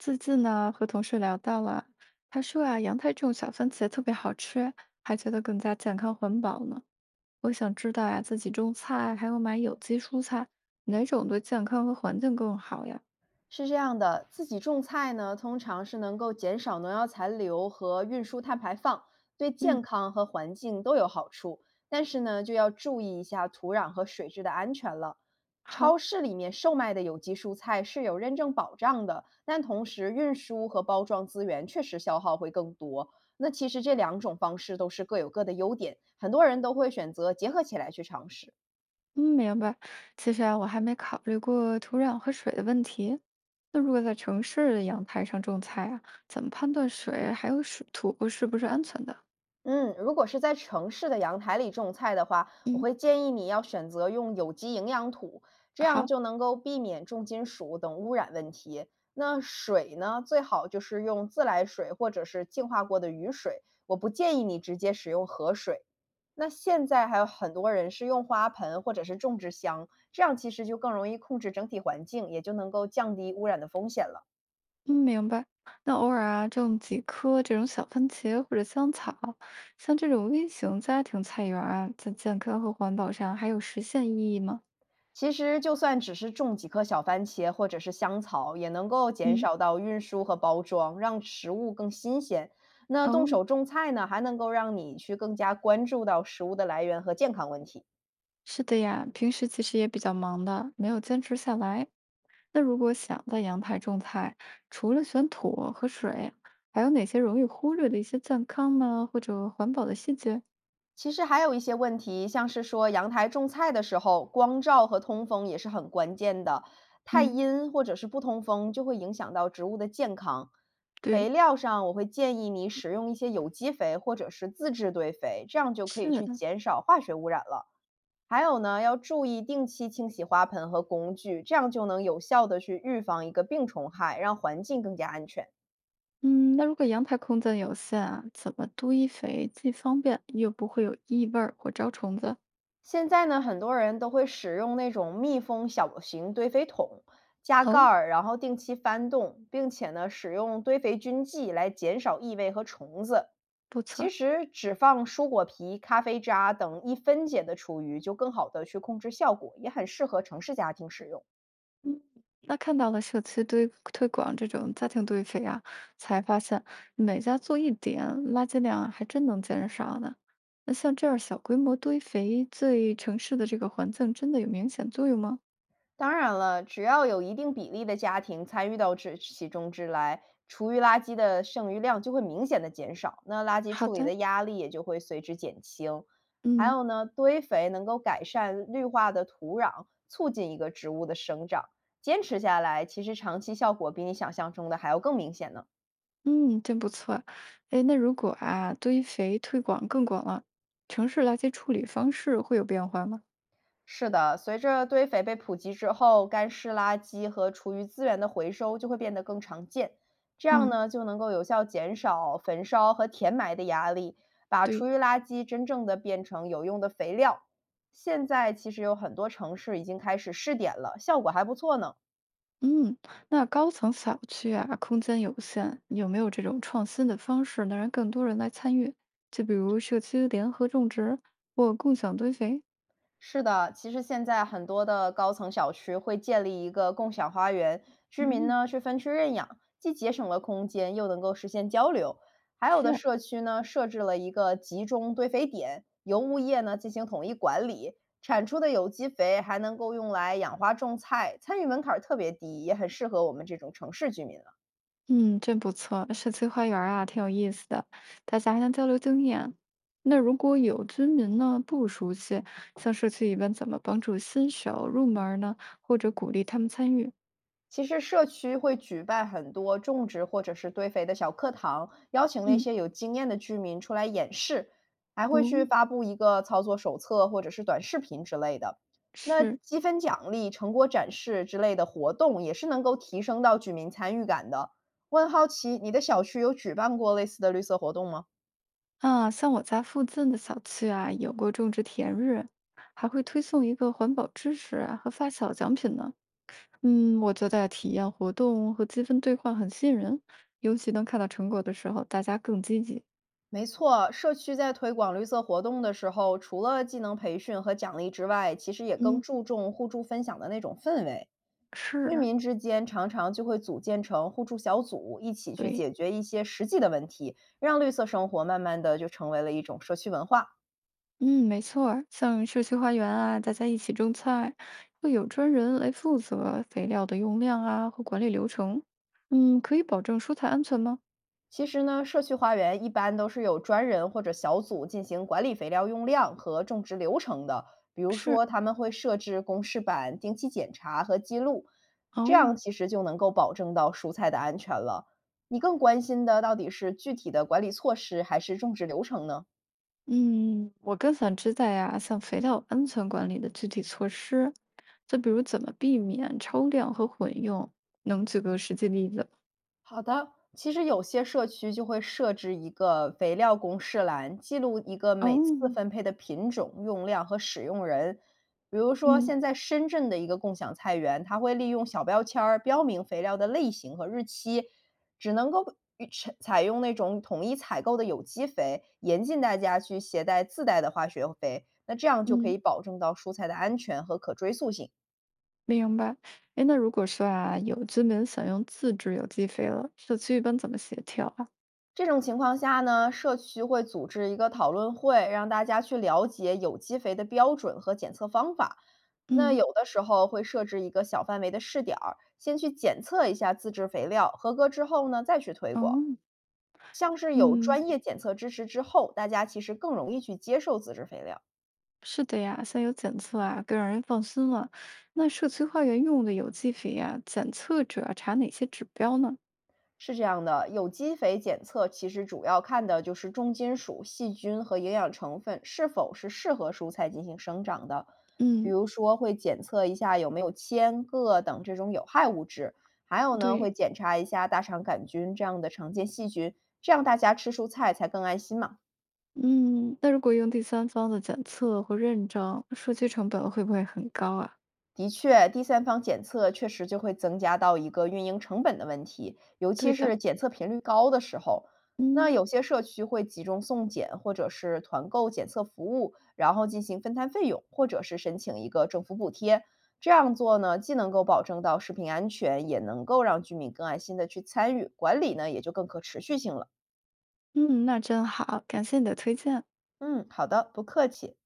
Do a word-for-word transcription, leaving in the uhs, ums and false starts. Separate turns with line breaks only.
最近呢，和同事聊到了，他说啊，阳台种小番茄特别好吃，还觉得更加健康环保呢。我想知道呀，自己种菜还有买有机蔬菜，哪种对健康和环境更好呀？
是这样的，自己种菜呢，通常是能够减少农药残留和运输碳排放，对
嗯，
健康和环境都有好处。但是呢，就要注意一下土壤和水质的安全了。
好，
超市里面售卖的有机蔬菜是有认证保障的，但同时运输和包装资源确实消耗会更多。那其实这两种方式都是各有各的优点，很多人都会选择结合起来去尝试。
嗯，明白。其实啊，我还没考虑过土壤和水的问题。那如果在城市的阳台上种菜啊，怎么判断水还有水土是不是安全的？
嗯，如果是在城市的阳台里种菜的话，我
嗯，
会建议你要选择用有机营养土，这样
好。
就能够避免重金属等污染问题。那水呢，最好就是用自来水或者是净化过的雨水，我不建议你直接使用河水。那现在还有很多人是用花盆或者是种植箱，这样其实就更容易控制整体环境，也就能够降低污染的风险了。
嗯，明白。那偶尔啊，种几颗这种小番茄或者香草，像这种微型家庭菜园儿啊，在健康和环保上还有实现意义吗？
其实就算只是种几颗小番茄或者是香草，也能够减
嗯，
少到运输和包装，让食物更新鲜。那动
哦，
手种菜呢，还能够让你去更加关注到食物的来源和健康问题。
是的呀，平时其实也比较忙的，没有坚持下来。那如果想在阳台种菜，除了选土和水，还有哪些容易忽略的一些健康呢，或者环保的细节？
其实还有一些问题，像是说阳台种菜的时候，光照和通风也是很关键的。太
嗯，
阴或者是不通风，就会影响到植物的健康。肥
对，
料上，我会建议你使用一些有机肥或者是自制堆肥，这样就可以去
是
减少化学污染了。还有呢，要注意定期清洗花盆和工具，这样就能有效的去预防一个病虫害，让环境更加安全。
嗯，那如果阳台空间有限啊，怎么堆肥既方便又不会有异味儿或招虫子？
现在呢，很多人都会使用那种密封小型堆肥桶，加盖
哦，
儿，然后定期翻动，并且呢，使用堆肥菌剂来减少异味和虫子。
不
其
错，
实，只放蔬果皮、咖啡渣等易分解的厨余，就更好的去控制效果，也很适合城市家庭使用。
嗯，那看到了社区堆推广这种家庭堆肥啊，才发现每家做一点，垃圾量啊还真能减少呢。那像这样小规模堆肥，对城市的这个环境真的有明显作用吗？
当然了，只要有一定比例的家庭参与到这其中之来，厨余垃圾的剩余量就会明显的减少，那垃圾
好
处理
的，
的压力也就会随之减轻。还
嗯
有呢，堆肥能够改善绿化的土壤，促进一个植物的生长。坚持下来，其实长期效果比你想象中的还要更明显呢。
嗯，真不错。哎，那如果啊堆肥推广更广了，城市垃圾处理方式会有变化吗？
是的，随着堆肥被普及之后，干湿垃圾和厨余资源的回收就会变得更常见。这样
嗯，
呢，就能够有效减少焚烧和填埋的压力，把厨
对，
余垃圾真正的变成有用的肥料。现在其实有很多城市已经开始试点了，效果还不错呢。
嗯，那高层小区啊，空间有限，有没有这种创新的方式能让更多人来参与？就比如社区联合种植或共享堆肥？
是的，其实现在很多的高层小区会建立一个共享花园，居民
嗯，
呢去分区认养，既节省了空间，又能够实现交流。还有的
是，
社区呢设置了一个集中堆肥点，由物业呢进行统一管理，产出的有机肥还能够用来养花种菜，参与门槛儿特别低，也很适合我们这种城市居民。
嗯，真不错，社区花园儿啊，挺有意思的，大家还能交流经验。那如果有居民呢不熟悉，像社区一般怎么帮助新手入门儿呢？或者鼓励他们参与？
其实社区会举办很多种植或者是堆肥的小课堂，邀请那
嗯，
些有经验的居民出来演示，还会去
哦。
发布一个操作手册或者是短视频之类的。那
是
积分奖励、成果展示之类的活动也是能够提升到居民参与感的。我很好奇，你的小区有举办过类似的绿色活动吗？
啊，像我家附近的小区啊，有过种植田日，还会推送一个环保知识啊和发小奖品呢。嗯，我觉得体验活动和积分兑换很吸引人，尤其能看到成果的时候，大家更积极。
没错，社区在推广绿色活动的时候，除了技能培训和奖励之外，其实也更
嗯，
注重互助分享的那种氛围。
是
居
啊，
民之间常常就会组建成互助小组，一起去
对，
解决一些实际的问题，让绿色生活慢慢的就成为了一种社区文化。
嗯，没错儿，像社区花园啊，大家一起种菜，会有专人来负责肥料的用量啊和管理流程。嗯，可以保证蔬菜安全吗？
其实呢，社区花园一般都是有专人或者小组进行管理肥料用量和种植流程的，比如
是，
说他们会设置公示板，定期检查和记录，这
哦。
样其实就能够保证到蔬菜的安全了。你更关心的到底是具体的管理措施还是种植流程呢？
嗯，我更想知道呀，像肥料安全管理的具体措施，就比如怎么避免超量和混用，能举个实际例子吗？
好的，其实有些社区就会设置一个肥料公示栏，记录一个
哦，
每次分配的品种、用量和使用人。比如说，
嗯
现在深圳的一个共享菜园，它会利用小标签儿标明肥料的类型和日期，只能够与采采用那种统一采购的有机肥，严禁大家去携带自带的化学肥。那这样就可以
嗯，
保证到蔬菜的安全和可追溯性。
明白。哎，那如果说啊，有居民想用自制有机肥了，社区一般怎么协调啊？
这种情况下呢，社区会组织一个讨论会，让大家去了解有机肥的标准和检测方法。那
嗯，
有的时候会设置一个小范围的试点儿，先去检测一下自制肥料，合格之后呢，再去推广。
哦，
像是有
嗯，
专业检测支持之后，大家其实更容易去接受自制肥料。
是的呀，像有检测啊，更让人放心了。那社区花园用的有机肥呀，检测主要查哪些指标呢？
是这样的，有机肥检测其实主要看的就是重金属、细菌和营养成分是否是适合蔬菜进行生长的。比
嗯，
如说，会检测一下有没有铅、铬等这种有害物质，还有呢，会
对。
检查一下大肠杆菌这样的常见细菌，这样大家吃蔬菜才更安心嘛。
嗯，那如果用第三方的检测或认证，数据成本会不会很高啊？
的确，第三方检测确实就会增加到一个运营成本的问题，尤
对
其
的。
是检测频率高的时候。那
嗯
有些社区会集中送检或者是团购检测服务，然后进行分摊费用，或者是申请一个政府补贴。这样做呢，既能够保证到食品安全，也能够让居民更安心的去参与管理呢，也就更可持续性了。
嗯，那真好，感谢你的推荐。
嗯，好的，不客气。